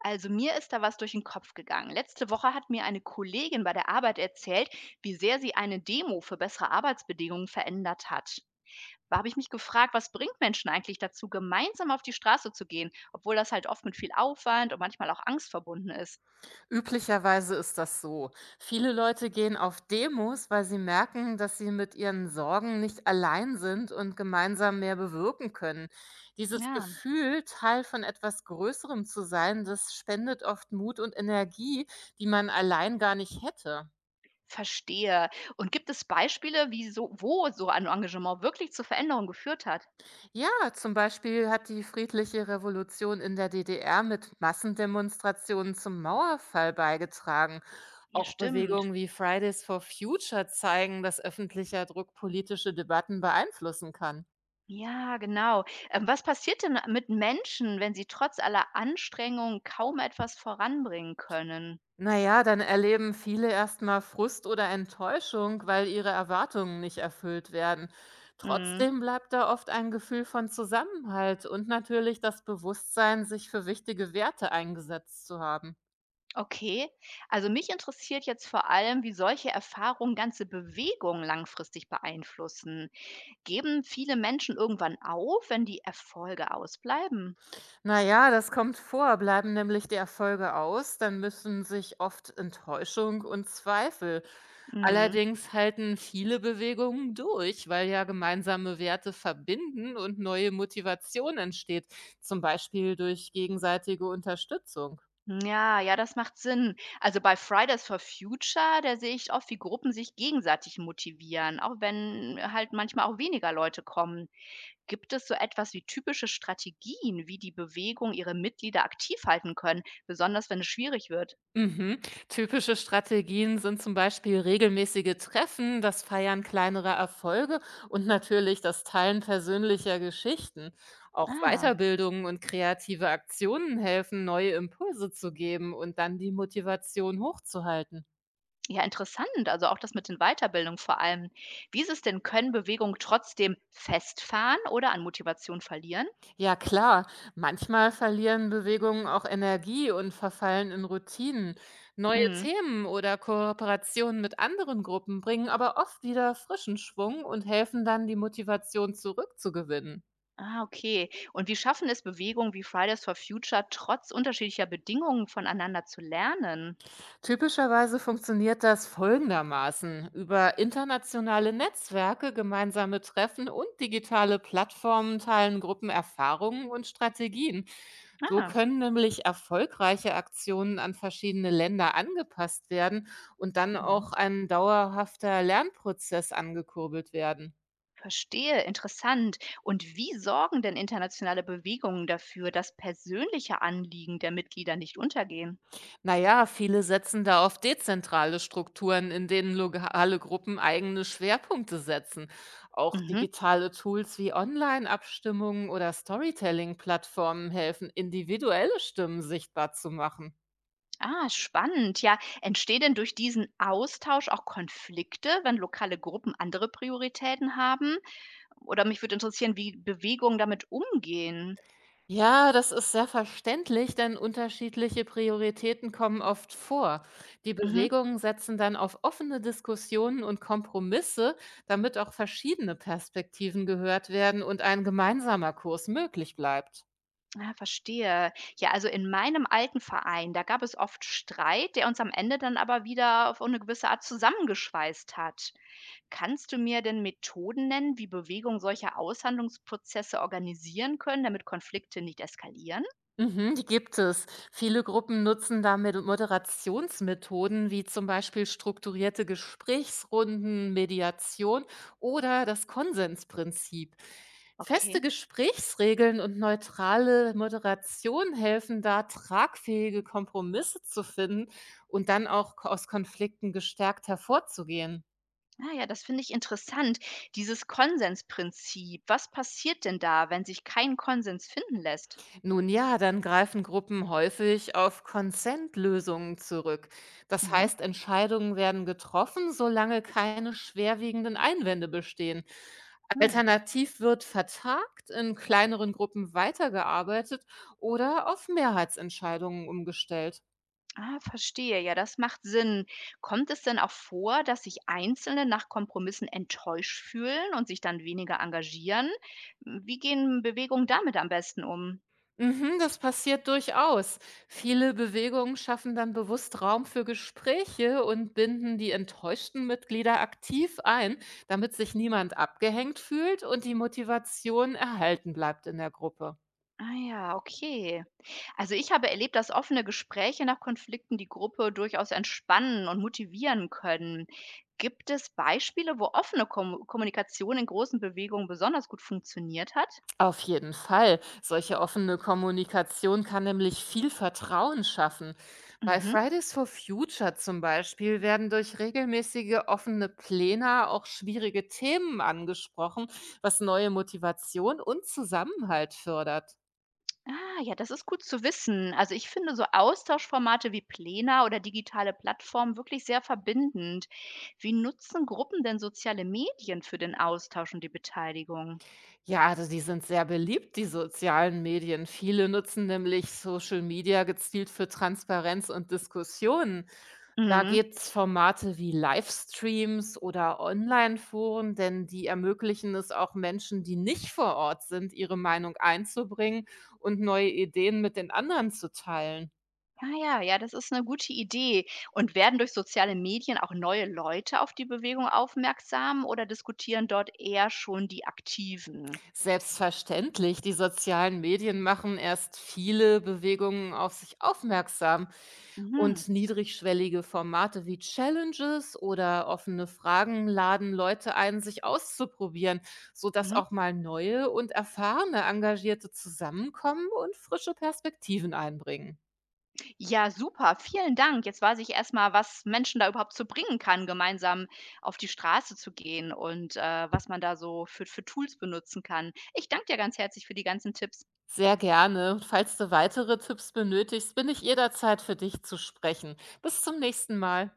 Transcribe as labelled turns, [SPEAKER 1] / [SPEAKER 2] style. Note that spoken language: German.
[SPEAKER 1] Also mir ist da was durch den Kopf gegangen. Letzte Woche hat mir eine Kollegin bei der Arbeit erzählt, wie sehr sie eine Demo für bessere Arbeitsbedingungen verändert hat. Da habe ich mich gefragt, was bringt Menschen eigentlich dazu, gemeinsam auf die Straße zu gehen, obwohl das halt oft mit viel Aufwand und manchmal auch Angst verbunden ist.
[SPEAKER 2] Üblicherweise ist das so. Viele Leute gehen auf Demos, weil sie merken, dass sie mit ihren Sorgen nicht allein sind und gemeinsam mehr bewirken können. Dieses
[SPEAKER 1] Ja,
[SPEAKER 2] Gefühl, Teil von etwas Größerem zu sein, das spendet oft Mut und Energie, die man allein gar nicht hätte.
[SPEAKER 1] verstehe. Und gibt es Beispiele, wie so, wo so ein Engagement wirklich zu Veränderungen geführt hat?
[SPEAKER 2] Ja, zum Beispiel hat die friedliche Revolution in der DDR mit Massendemonstrationen zum Mauerfall beigetragen.
[SPEAKER 1] Ja,
[SPEAKER 2] Auch
[SPEAKER 1] stimmt.
[SPEAKER 2] Bewegungen wie Fridays for Future zeigen, dass öffentlicher Druck politische Debatten beeinflussen kann.
[SPEAKER 1] Ja, genau. Was passiert denn mit Menschen, wenn sie trotz aller Anstrengungen kaum etwas voranbringen können?
[SPEAKER 2] Naja, dann erleben viele erstmal Frust oder Enttäuschung, weil ihre Erwartungen nicht erfüllt werden.
[SPEAKER 1] Hm,
[SPEAKER 2] Trotzdem bleibt da oft ein Gefühl von Zusammenhalt und natürlich das Bewusstsein, sich für wichtige Werte eingesetzt zu haben.
[SPEAKER 1] okay. Also mich interessiert jetzt vor allem, wie solche Erfahrungen ganze Bewegungen langfristig beeinflussen. Geben viele Menschen irgendwann auf, wenn die Erfolge ausbleiben?
[SPEAKER 2] Na ja, das kommt vor. Bleiben nämlich die Erfolge aus, dann müssen sich oft Enttäuschung und Zweifel.
[SPEAKER 1] Hm.
[SPEAKER 2] Allerdings halten viele Bewegungen durch, weil ja gemeinsame Werte verbinden und neue Motivation entsteht, zum Beispiel durch gegenseitige Unterstützung.
[SPEAKER 1] Ja, ja, das macht Sinn. Also bei Fridays for Future, da sehe ich oft, wie Gruppen sich gegenseitig motivieren, auch wenn halt manchmal auch weniger Leute kommen. Gibt es so etwas wie typische Strategien, wie die Bewegung ihre Mitglieder aktiv halten können, besonders wenn es schwierig wird?
[SPEAKER 2] Mhm. Typische Strategien sind zum Beispiel regelmäßige Treffen, das Feiern kleinerer Erfolge und natürlich das Teilen persönlicher Geschichten. Auch
[SPEAKER 1] Ah,
[SPEAKER 2] Weiterbildungen und kreative Aktionen helfen, neue Impulse zu geben und dann die Motivation hochzuhalten.
[SPEAKER 1] ja, interessant. Also auch das mit den Weiterbildungen vor allem. Wie ist es denn, können Bewegungen trotzdem festfahren oder an Motivation verlieren?
[SPEAKER 2] Ja klar, manchmal verlieren Bewegungen auch Energie und verfallen in Routinen. Neue Themen oder Kooperationen mit anderen Gruppen bringen aber oft wieder frischen Schwung und helfen dann, die Motivation zurückzugewinnen.
[SPEAKER 1] Ah, okay. Und wie schaffen es Bewegungen wie Fridays for Future, trotz unterschiedlicher Bedingungen voneinander zu lernen?
[SPEAKER 2] Typischerweise funktioniert das folgendermaßen. Über internationale Netzwerke, gemeinsame Treffen und digitale Plattformen teilen Gruppen Erfahrungen und Strategien. So
[SPEAKER 1] Ah,
[SPEAKER 2] können nämlich erfolgreiche Aktionen an verschiedene Länder angepasst werden und dann
[SPEAKER 1] mhm,
[SPEAKER 2] auch ein dauerhafter Lernprozess angekurbelt werden.
[SPEAKER 1] verstehe, interessant. Und wie sorgen denn internationale Bewegungen dafür, dass persönliche Anliegen der Mitglieder nicht untergehen?
[SPEAKER 2] Naja, viele setzen da auf dezentrale Strukturen, in denen lokale Gruppen eigene Schwerpunkte setzen. Auch
[SPEAKER 1] Mhm.
[SPEAKER 2] digitale Tools wie Online-Abstimmungen oder Storytelling-Plattformen helfen, individuelle Stimmen sichtbar zu machen.
[SPEAKER 1] Ah, spannend. Ja, entstehen denn durch diesen Austausch auch Konflikte, wenn lokale Gruppen andere Prioritäten haben? Oder mich würde interessieren, wie Bewegungen damit umgehen.
[SPEAKER 2] Ja, das ist sehr verständlich, denn unterschiedliche Prioritäten kommen oft vor. Die
[SPEAKER 1] Mhm.
[SPEAKER 2] Bewegungen setzen dann auf offene Diskussionen und Kompromisse, damit auch verschiedene Perspektiven gehört werden und ein gemeinsamer Kurs möglich bleibt.
[SPEAKER 1] Ah, verstehe. Ja, also in meinem alten Verein, da gab es oft Streit, der uns am Ende dann aber wieder auf eine gewisse Art zusammengeschweißt hat. Kannst du mir denn Methoden nennen, wie Bewegungen solcher Aushandlungsprozesse organisieren können, damit Konflikte nicht eskalieren?
[SPEAKER 2] Mhm, die gibt es. Viele Gruppen nutzen damit Moderationsmethoden wie zum Beispiel strukturierte Gesprächsrunden, Mediation oder das Konsensprinzip.
[SPEAKER 1] Okay.
[SPEAKER 2] Feste Gesprächsregeln und neutrale Moderation helfen da, tragfähige Kompromisse zu finden und dann auch aus Konflikten gestärkt hervorzugehen.
[SPEAKER 1] Ah ja, das finde ich interessant. Dieses Konsensprinzip. Was passiert denn da, wenn sich kein Konsens finden lässt?
[SPEAKER 2] Nun ja, dann greifen Gruppen häufig auf Consent-Lösungen zurück. Das
[SPEAKER 1] Mhm.
[SPEAKER 2] heißt, Entscheidungen werden getroffen, solange keine schwerwiegenden Einwände bestehen.
[SPEAKER 1] Hm.
[SPEAKER 2] Alternativ wird vertagt, in kleineren Gruppen weitergearbeitet oder auf Mehrheitsentscheidungen umgestellt.
[SPEAKER 1] Ah, verstehe. Ja, das macht Sinn. Kommt es denn auch vor, dass sich Einzelne nach Kompromissen enttäuscht fühlen und sich dann weniger engagieren? Wie gehen Bewegungen damit am besten um?
[SPEAKER 2] Mhm, das passiert durchaus. Viele Bewegungen schaffen dann bewusst Raum für Gespräche und binden die enttäuschten Mitglieder aktiv ein, damit sich niemand abgehängt fühlt und die Motivation erhalten bleibt in der Gruppe.
[SPEAKER 1] Ah ja, okay. Also ich habe erlebt, dass offene Gespräche nach Konflikten die Gruppe durchaus entspannen und motivieren können. Gibt es Beispiele, wo offene Kommunikation in großen Bewegungen besonders gut funktioniert hat?
[SPEAKER 2] Auf jeden Fall. Solche offene Kommunikation kann nämlich viel Vertrauen schaffen. Bei
[SPEAKER 1] Mhm.
[SPEAKER 2] Fridays for Future zum Beispiel werden durch regelmäßige offene Pläne auch schwierige Themen angesprochen, was neue Motivation und Zusammenhalt fördert.
[SPEAKER 1] Ah, ja, das ist gut zu wissen. Also ich finde so Austauschformate wie Plena oder digitale Plattformen wirklich sehr verbindend. Wie nutzen Gruppen denn soziale Medien für den Austausch und die Beteiligung?
[SPEAKER 2] Ja, also die sind sehr beliebt, die sozialen Medien. Viele nutzen nämlich Social Media gezielt für Transparenz und Diskussionen. Da
[SPEAKER 1] Mhm.
[SPEAKER 2] gibt's Formate wie Livestreams oder Online-Foren, denn die ermöglichen es auch Menschen, die nicht vor Ort sind, ihre Meinung einzubringen und neue Ideen mit den anderen zu teilen.
[SPEAKER 1] Ah ja, ja, das ist eine gute Idee. Und werden durch soziale Medien auch neue Leute auf die Bewegung aufmerksam oder diskutieren dort eher schon die Aktiven?
[SPEAKER 2] Selbstverständlich, die sozialen Medien machen erst viele Bewegungen auf sich aufmerksam.
[SPEAKER 1] Mhm.
[SPEAKER 2] Und niedrigschwellige Formate wie Challenges oder offene Fragen laden Leute ein, sich auszuprobieren, sodass
[SPEAKER 1] Mhm.
[SPEAKER 2] auch mal neue und erfahrene Engagierte zusammenkommen und frische Perspektiven einbringen.
[SPEAKER 1] Ja, super, vielen Dank. Jetzt weiß ich erst mal, was Menschen da überhaupt zu bringen kann, gemeinsam auf die Straße zu gehen und, was man da so für Tools benutzen kann. Ich danke dir ganz herzlich für die ganzen Tipps.
[SPEAKER 2] Sehr gerne. Und falls du weitere Tipps benötigst, bin ich jederzeit für dich zu sprechen. Bis zum nächsten Mal.